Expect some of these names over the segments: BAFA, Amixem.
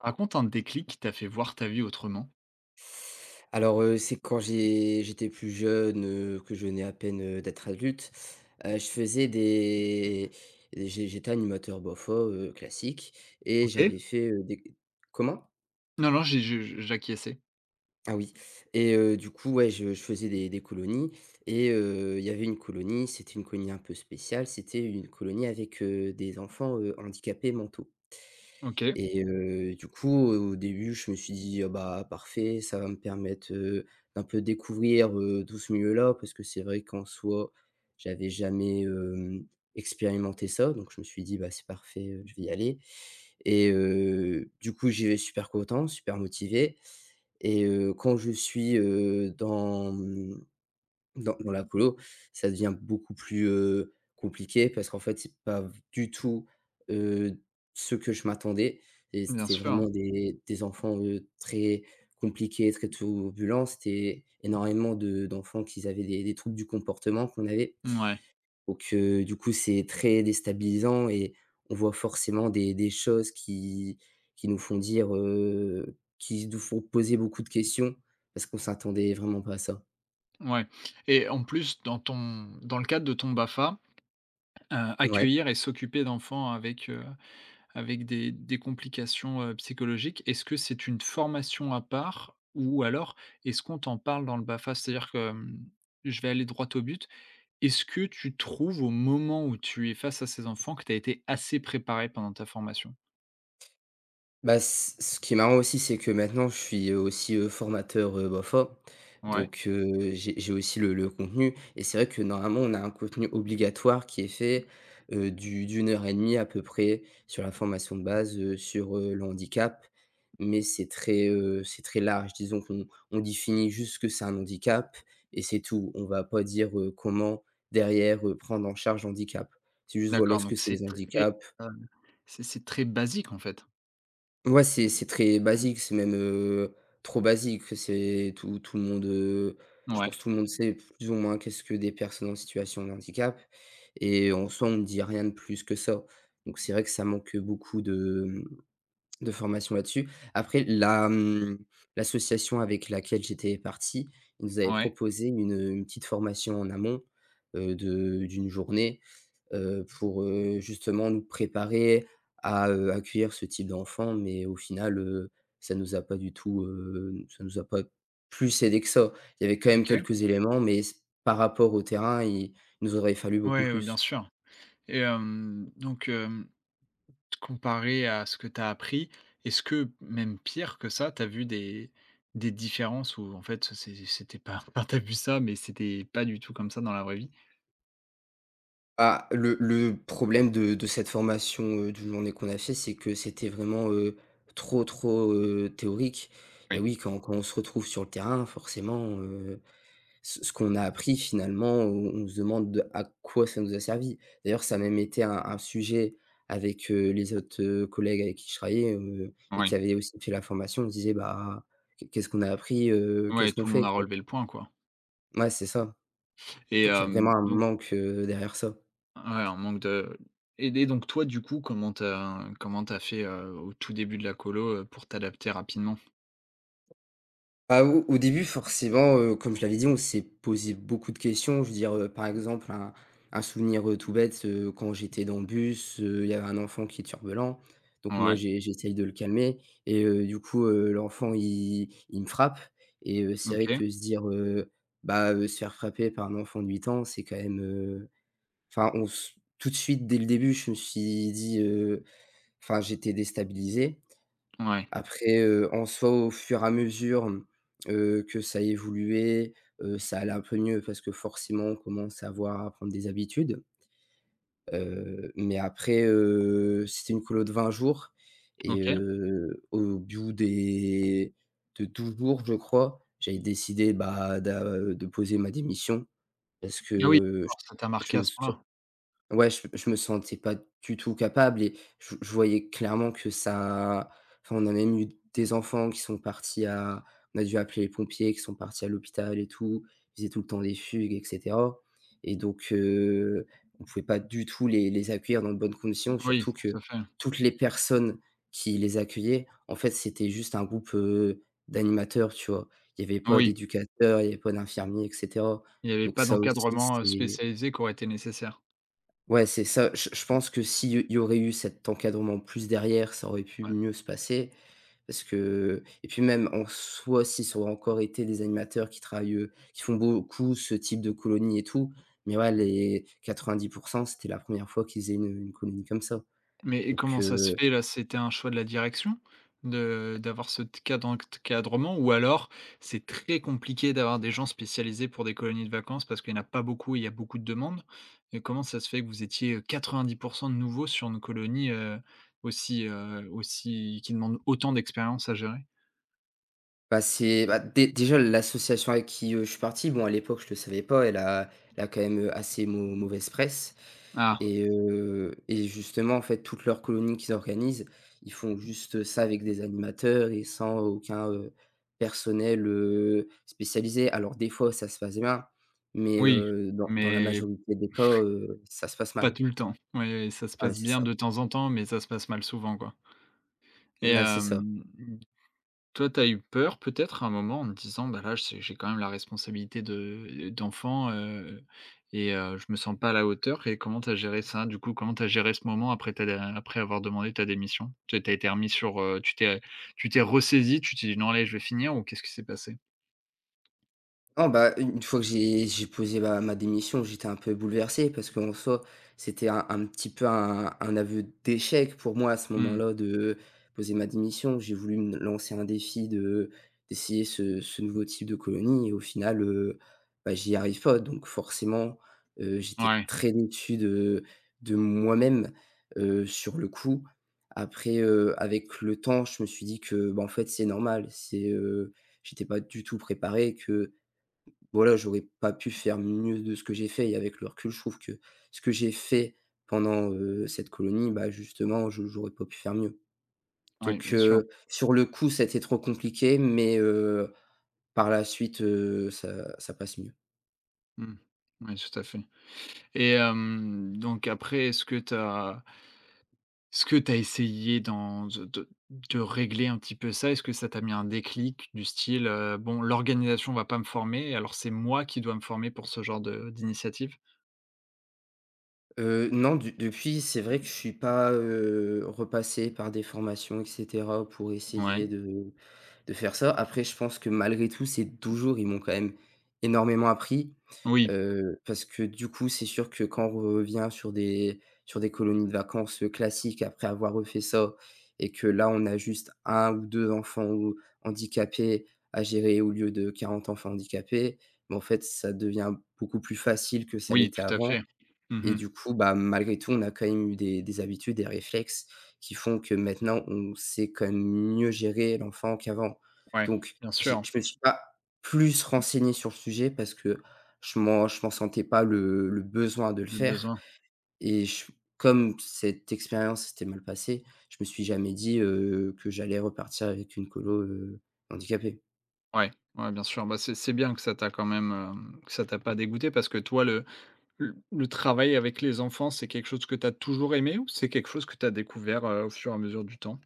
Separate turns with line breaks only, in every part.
Raconte un déclic qui t'a fait voir ta vie autrement.
Alors, c'est quand j'étais plus jeune, que je venais à peine, d'être adulte, je faisais des j'ai j'étais animateur BOFA, classique et
OK.
j'avais fait, des comment?
Non, non, j'ai j'acquiesçais.
Ah oui. Et du coup, ouais, je faisais des colonies. Et il y avait une colonie, c'était une colonie un peu spéciale, c'était une colonie avec, des enfants, handicapés mentaux.
OK,
Et du coup, au début, je me suis dit: «Ah bah, parfait, ça va me permettre, d'un peu découvrir, tout ce milieu-là», parce que c'est vrai qu'en soi, j'avais jamais, expérimenté ça, donc je me suis dit: «Bah, c'est parfait, je vais y aller». Et du coup, j'y vais super content, super motivé. Et quand je suis, dans, mmh dans dans la colo, ça devient beaucoup plus, compliqué parce qu'en fait, c'est pas du tout, heu, ce que je m'attendais. Et
bien
c'était
sûr.
vraiment des enfants, très compliqués, très turbulents. C'était énormément de d'enfants qui avaient des troubles du comportement qu'on avait.
Ouais.
Donc du coup, c'est très déstabilisant et on voit forcément des choses qui nous font dire, qui nous font poser beaucoup de questions parce qu'on s'attendait vraiment pas à ça.
Ouais, et en plus, dans ton dans le cadre de ton BAFA,
Ouais.
accueillir et s'occuper d'enfants avec, avec des complications, psychologiques, est-ce que c'est une formation à part ou alors est-ce qu'on t'en parle dans le BAFA? C'est-à-dire que, je vais aller droit au but, est-ce que tu trouves au moment où tu es face à ces enfants que tu as été assez préparé pendant ta formation?
Bah, c ce qui est marrant aussi, c'est que maintenant je suis, aussi, formateur, BAFA.
Ouais.
Donc j'ai aussi le contenu et c'est vrai que normalement on a un contenu obligatoire qui est fait, du d'1 heure et demie à peu près sur la formation de base, sur, le handicap, mais c'est très large. Disons qu'on définit juste ce que c'est un handicap et c'est tout. On va pas dire, comment derrière, prendre en charge handicap. C'est juste voilà
D'accord,
ce
donc
que c'est
c'est
les
très,
handicaps.
heu, c'est très basique, en fait?
Ouais, c'est très basique, c'est même, trop basique. C'est tout tout le monde, je
Ouais,
pense tout le monde sait plus ou moins qu'est-ce que des personnes en situation de handicap et en soi, on ne dit rien de plus que ça. Donc c'est vrai que ça manque beaucoup de formation là-dessus. Après l'association avec laquelle j'étais parti, ils nous avaient
ouais,
proposé une petite formation en amont, de d'une journée, pour, justement nous préparer à, accueillir ce type d'enfant. Mais au final, ça nous a pas plus aidé que ça. Il y avait quand même
OK.
quelques éléments, mais s par rapport au terrain, il nous aurait fallu beaucoup
Ouais, ouais, bien
plus.
sûr. Et donc, comparé à ce que tu as appris, est-ce que, même pire que ça, tu as vu des différences où en fait, c'était pas enfin, tu as vu ça, mais c'était pas du tout comme ça dans la vraie vie?
Ah, le problème de cette formation, d'une journée qu'on a fait, c'est que c'était vraiment, trop, trop, théorique.
Oui,
Et oui, quand on se retrouve sur le terrain, forcément, ce qu'on a appris finalement, on se demande de à quoi ça nous a servi. D'ailleurs, ça a même été un sujet avec, les autres, collègues avec qui je travaillais, et
oui,
qui avaient aussi fait la formation. On se disait: «Bah, qu'est-ce qu'on a appris,
ouais,
qu'est-ce qu'on
tout le monde
fait,
a
quoi?»
relevé le point, quoi.
Ouais, c'est ça.
Et
Donc il y a vraiment un
donc
manque, derrière ça.
ouais, un manque de. Et donc toi, du coup, comment tu as fait, au tout début de la colo, pour t'adapter rapidement?
Bah, au début, forcément, comme je l'avais dit, on s'est posé beaucoup de questions. Je veux dire, par exemple, un souvenir, tout bête, quand j'étais dans le bus, il y avait un enfant qui est turbulent, donc moi,
Ouais.
j'essaye de le calmer. Et du coup, l'enfant, il me frappe. Et c'est vrai
OK,
que se dire, bah, se faire frapper par un enfant de 8 ans, c'est quand même, enfin, on s tout de suite, dès le début, je me suis dit, enfin, j'étais déstabilisé.
ouais,
Après, en soi, au fur et à mesure, que ça évoluait, ça allait un peu mieux parce que forcément on commence à prendre des habitudes. Mais après, c'était une colo de 20 jours. Et
OK.
au bout des de 12 jours, je crois, j'avais décidé, bah, d'a de poser ma démission parce
Ah oui,
que, je
alors ça t'a
je
marqué à
me
ce point-là?
ouais, je me sentais pas du tout capable et je voyais clairement que ça enfin, on a même eu des enfants qui sont partis à on a dû appeler les pompiers, qui sont partis à l'hôpital et tout. Ils faisaient tout le temps des fugues et cetera. Et donc on pouvait pas du tout les accueillir dans de bonnes conditions,
Oui,
surtout
tout
que
à fait.
toutes les personnes qui les accueillaient, en fait, c'était juste un groupe, d'animateurs, tu vois? Il y avait pas
Oui,
d'éducateurs, il y avait pas d'infirmiers et cetera.
il y avait
Donc
pas
ça aussi,
d'encadrement,
c'est
spécialisé qui aurait été nécessaire.
ouais, c'est ça. Je pense que s'il y aurait eu cet encadrement plus derrière, ça aurait pu
Ouais.
mieux se passer parce que et puis même en soi, si ça aurait encore été des animateurs qui travaillent, qui font beaucoup ce type de colonies et tout. Mais ouais, les 90%, c'était la première fois qu'ils faisaient une colonie comme ça.
Mais et
Donc
comment ça se fait là? C'était un choix de la direction de d'avoir ce t cadre encadrement ou alors c'est très compliqué d'avoir des gens spécialisés pour des colonies de vacances parce qu'il y en a pas beaucoup et il y a beaucoup de demandes? Et comment ça se fait que vous étiez, 90 de nouveaux sur une colonie, aussi, aussi qui demande autant d'expérience à gérer?
bah, c'est bah, dé déjà l'association avec qui, je suis parti, bon, à l'époque je le savais pas, elle a quand même, assez mauvaise presse.
Ah,
Et et justement, en fait, toutes leurs colonies qu'ils organisent, ils font juste ça avec des animateurs et sans aucun, personnel, spécialisé. Alors des fois, ça se passe bien, mais
oui,
dans la
mais
majorité des cas, ça se passe
pas
mal.
tout le temps. Oui, oui, ça se
Ouais,
passe
c'est
bien
ça.
de temps en temps, mais ça se passe mal souvent, quoi. Et
Ouais, c'est ça.
toi, tu as eu peur peut-être à un moment en te disant: «Bah, là, j'ai quand même la responsabilité de d'enfant, et je me sens pas à la hauteur» et comment tu as géré ça, du coup? Comment tu as géré ce moment après ta dé après avoir demandé ta démission? Tu as été remis sur, tu t'es ressaisi, tu t'es dit: «Non, allez, je vais finir» ou qu'est-ce qui s'est passé?
Non, bah, une fois que j'ai posé ma démission, j'étais un peu bouleversé parce qu'en soi, c'était un petit peu un aveu d'échec pour moi à ce
Mmh.
moment-là de poser ma démission. J'ai voulu me lancer un défi de d'essayer ce nouveau type de colonie et au final, bah, j'y arrive pas. Donc forcément, j'étais
Ouais,
très déçu de moi-même, sur le coup. Après, avec le temps, je me suis dit que, bah, en fait, c'est normal, j'étais pas du tout préparé, que voilà, j'aurais pas pu faire mieux de ce que j'ai fait. Et avec le recul, je trouve que ce que j'ai fait pendant, cette colonie, bah, justement, je j'aurais pas pu faire mieux.
ouais,
Donc
bien sûr.
sur le coup, c'était trop compliqué, mais par la suite, ça passe mieux.
Mmh. Ouais, tout à fait. Et donc après, est-ce que tu as. Est-ce que tu as essayé d'en de régler un petit peu ça? Est-ce que ça t'a mis un déclic du style, «Bon, l'organisation va pas me former, alors c'est moi qui dois me former pour ce genre de d'initiative»?
Non, de depuis, c'est vrai que je suis pas, repassé par des formations et cetera pour essayer
Ouais.
de faire ça. Après, je pense que malgré tout, ces 12 jours, ils m'ont quand même énormément appris,
Oui,
parce que du coup, c'est sûr que quand on revient sur des colonies de vacances classiques après avoir refait ça et que là, on a juste un ou 2 enfants ou handicapés à gérer au lieu de 40 enfants handicapés, bah, en fait, ça devient beaucoup plus facile que ça
oui,
l'était
tout à
avant.
fait.
Et
Mmh.
du coup, bah, malgré tout, on a quand même eu des habitudes, des réflexes qui font que maintenant on sait quand même mieux gérer l'enfant qu'avant.
Ouais,
Donc
bien
j'ai
sûr,
je me suis pas plus renseigné sur le sujet parce que je m'en sentais pas le besoin de le
le
faire.
besoin.
Et je comme cette expérience s'était mal passée, je me suis jamais dit, que j'allais repartir avec une colo, handicapée.
Ouais, ouais, bien sûr. Bah, c'est bien que ça t'a quand même, que ça t'a pas dégoûté parce que toi, le le travail avec les enfants, c'est quelque chose que tu as toujours aimé ou c'est quelque chose que tu as découvert, au fur et à mesure du temps?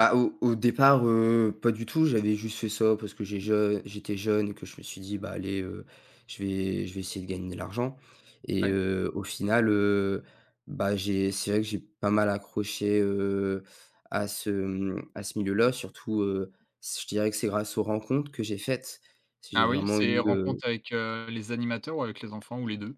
Ah, au départ, pas du tout. J'avais juste fait ça parce que j'étais jeune et que je me suis dit: «Bah, allez, je vais essayer de gagner de l'argent». Et
Ouais.
au final, bah, j'ai c'est vrai que j'ai pas mal accroché, à à ce milieu-là. Surtout, c je dirais que c'est grâce aux rencontres que j'ai faites. J'ai
Ah oui,
vraiment
c'est
eu,
rencontre avec, les animateurs ou avec les enfants ou les deux.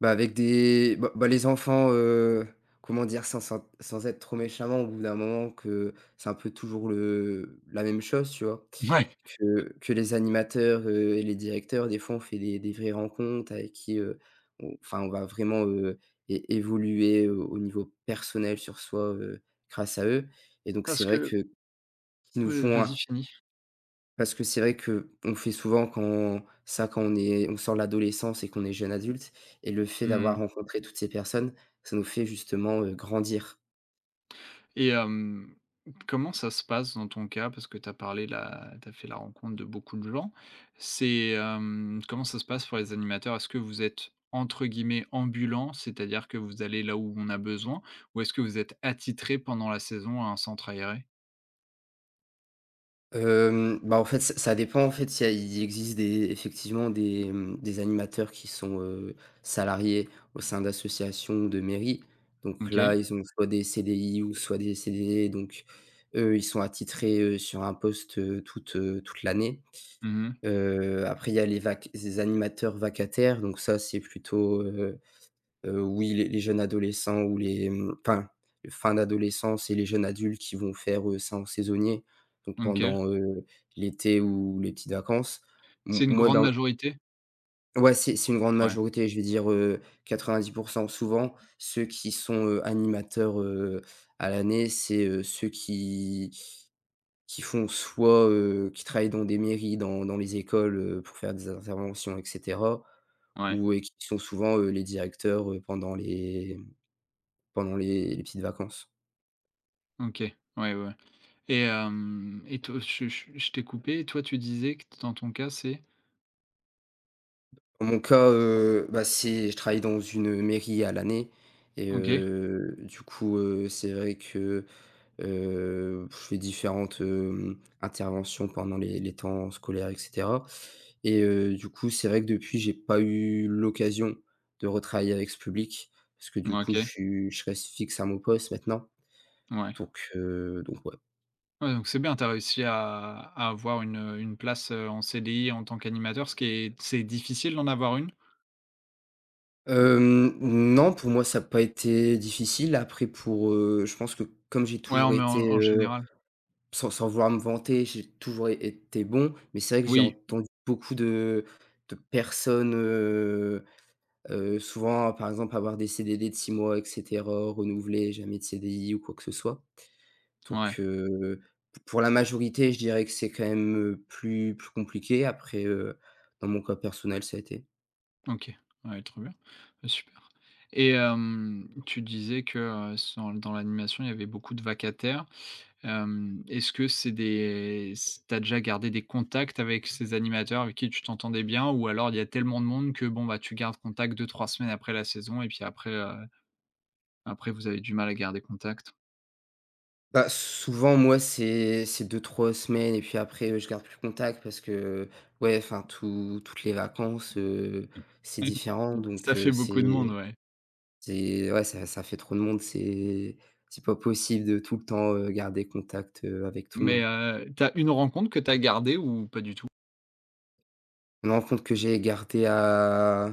bah, avec des bah bah, les enfants, comment dire? Sans être trop méchamment, au bout d'un moment que c'est un peu toujours le la même chose, tu vois?
Ouais,
Que les animateurs, et les directeurs, des fois, on fait des vraies rencontres avec qui, on enfin, on va vraiment, é évoluer au niveau personnel sur soi, grâce à eux et donc c'est
parce
vrai
que
que qu'ils nous font un
vas-y fini.
parce que c'est vrai que on fait souvent quand on sort de l'adolescence et qu'on est jeune adulte et le fait d'avoir
Mmh.
rencontré toutes ces personnes, ça nous fait justement, grandir.
Et comment ça se passe dans ton cas? Parce que tu as parlé là tu as fait la rencontre de beaucoup de gens. C'est, comment ça se passe pour les animateurs? Est-ce que vous êtes entre guillemets «ambulants», c'est-à-dire que vous allez là où on a besoin? Ou est-ce que vous êtes attitrés pendant la saison à un centre aéré?
Bah, en fait, ç ça dépend, en fait, il y a il existe des effectivement des, des animateurs qui sont, salariés au sein d'associations ou de mairies. Donc là,
OK.
ils ont soit des CDI ou soit des CDD, donc eux, ils sont attitrés, sur un poste, toute, toute l'année.
Mmh.
Après, il y a les animateurs vacataires, donc ça, c'est plutôt, oui, les jeunes adolescents ou les, enfin, fin d'adolescence et les jeunes adultes qui vont faire, ça en saisonnier, donc
OK.
pendant, l'été ou les petites vacances.
C'est
M
une
moi
grande
dans
majorité?
Ouais, c'est une grande
Ouais,
majorité, je vais dire, 90 souvent, ceux qui sont, animateurs, à l'année, c'est, ceux qui font soit, qui travaillent dans des mairies, dans les écoles, pour faire des interventions et cetera,
ouais.
ou et qui sont souvent, les directeurs, pendant les petites vacances.
OK. Ouais, ouais. Et hem et toi, je t'ai coupé et toi tu disais que dans ton cas c'est?
Dans mon cas, bah, c'est je travaille dans une mairie à l'année et
OK,
du coup, c'est vrai que, je fais différentes, interventions pendant les temps scolaires et cetera, et du coup, c'est vrai que depuis, j'ai pas eu l'occasion de retravailler avec ce public parce que du coup,
OK,
je reste fixe à mon poste maintenant,
ouais.
donc ouais.
Ouais, donc c'est bien, tu as réussi à avoir une place, en CDI en tant qu'animateur, ce qui est c'est difficile d'en avoir une?
Hem, non, pour moi, ça n'a pas été difficile. Après pour, je pense que comme j'ai
Ouais, en
toujours
mais en
été,
en général.
sans vouloir me vanter, j'ai toujours é été bon, mais c'est vrai que j'ai
Oui,
entendu beaucoup de personnes, souvent, par exemple, avoir des CDD de 6 mois et cetera, renouvelés, jamais de CDI ou quoi que ce soit.
ouais,
Donc p pour la majorité, je dirais que c'est quand même, plus plus compliqué. Après, dans mon cas personnel, ça a été.
OK, ouais, trop bien, bah, super. Et tu disais que, s dans l'animation, il y avait beaucoup de vacataires. Est-ce que c'est des s tu déjà gardé des contacts avec ces animateurs avec qui tu t'entendais bien ou alors il y a tellement de monde que bon, bah, tu gardes contact deux trois semaines après la saison et puis après, après vous avez du mal à garder contact?
Bah, souvent, moi, c'est deux trois semaines et puis après, je garde plus contact parce que, ouais, enfin, toutes les vacances, c'est différent
Ça
donc
fait beaucoup de monde, ouais.
c'est ouais, ça fait trop de monde, c'est pas possible de tout le temps, garder contact, avec tout le
Mais,
monde.
tu une rencontre que t'as gardée ou pas du tout?
Une rencontre que j'ai gardée à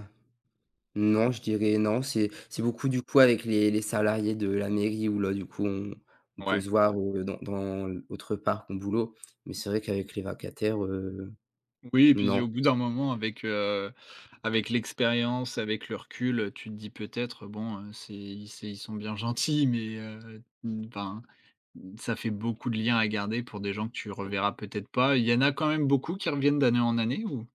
non, je dirais non, c'est beaucoup, du coup, avec les salariés de la mairie où là, du coup, on peut
Ouais.
se voir, dans dans autre part, qu'on boulot, mais c'est vrai qu'avec les vacataires,
Oui et puis
non.
au bout d'un moment avec, avec l'expérience, avec le recul, tu te dis peut-être, bon, c'est ils sont bien gentils mais, enfin. Ça fait beaucoup de liens à garder pour des gens que tu. Mmh. Reverras peut-être pas. Il y en a quand même beaucoup qui reviennent d'année en année ou?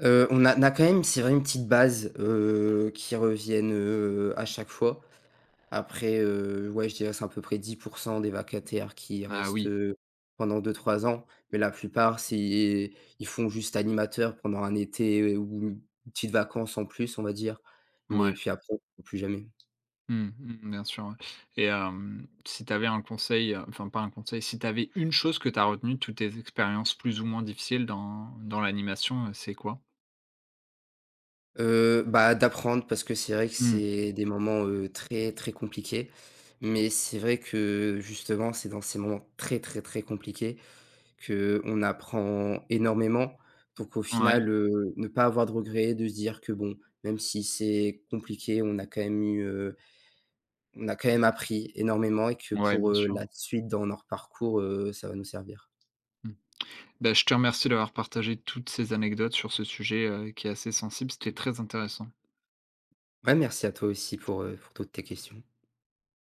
On a on a quand même, c'est vrai, une petite base, qui reviennent, à chaque fois. Après, ouais, je dirais c'est à peu près 10% des vacataires qui
Ah
restent,
oui,
pendant deux trois ans, mais la plupart, c'est ils font juste animateur pendant un été ou une petite vacances en plus, on va dire, mais
ouais.
puis après, plus jamais.
Mmh, mmh, bien sûr, ouais. Et si tu avais un conseil, enfin pas un conseil, si tu avais une chose que tu as retenue de toutes tes expériences plus ou moins difficiles dans dans l'animation, c'est quoi?
Bah, d'apprendre parce que c'est vrai que
Mmh.
c'est des moments, très, très compliqués, mais c'est vrai que, justement, c'est dans ces moments très, très, très compliqués qu'on apprend énormément, donc au
Ouais,
final, ne pas avoir de regrets, de se dire que bon, même si c'est compliqué, on a quand même eu, on a quand même appris énormément et que
ouais, bien
pour,
sûr.
la suite dans notre parcours, ça va nous servir.
Mmh. Bah, je te remercie d'avoir partagé toutes ces anecdotes sur ce sujet, qui est assez sensible. C'était très intéressant.
Ouais, merci à toi aussi pour toutes tes questions.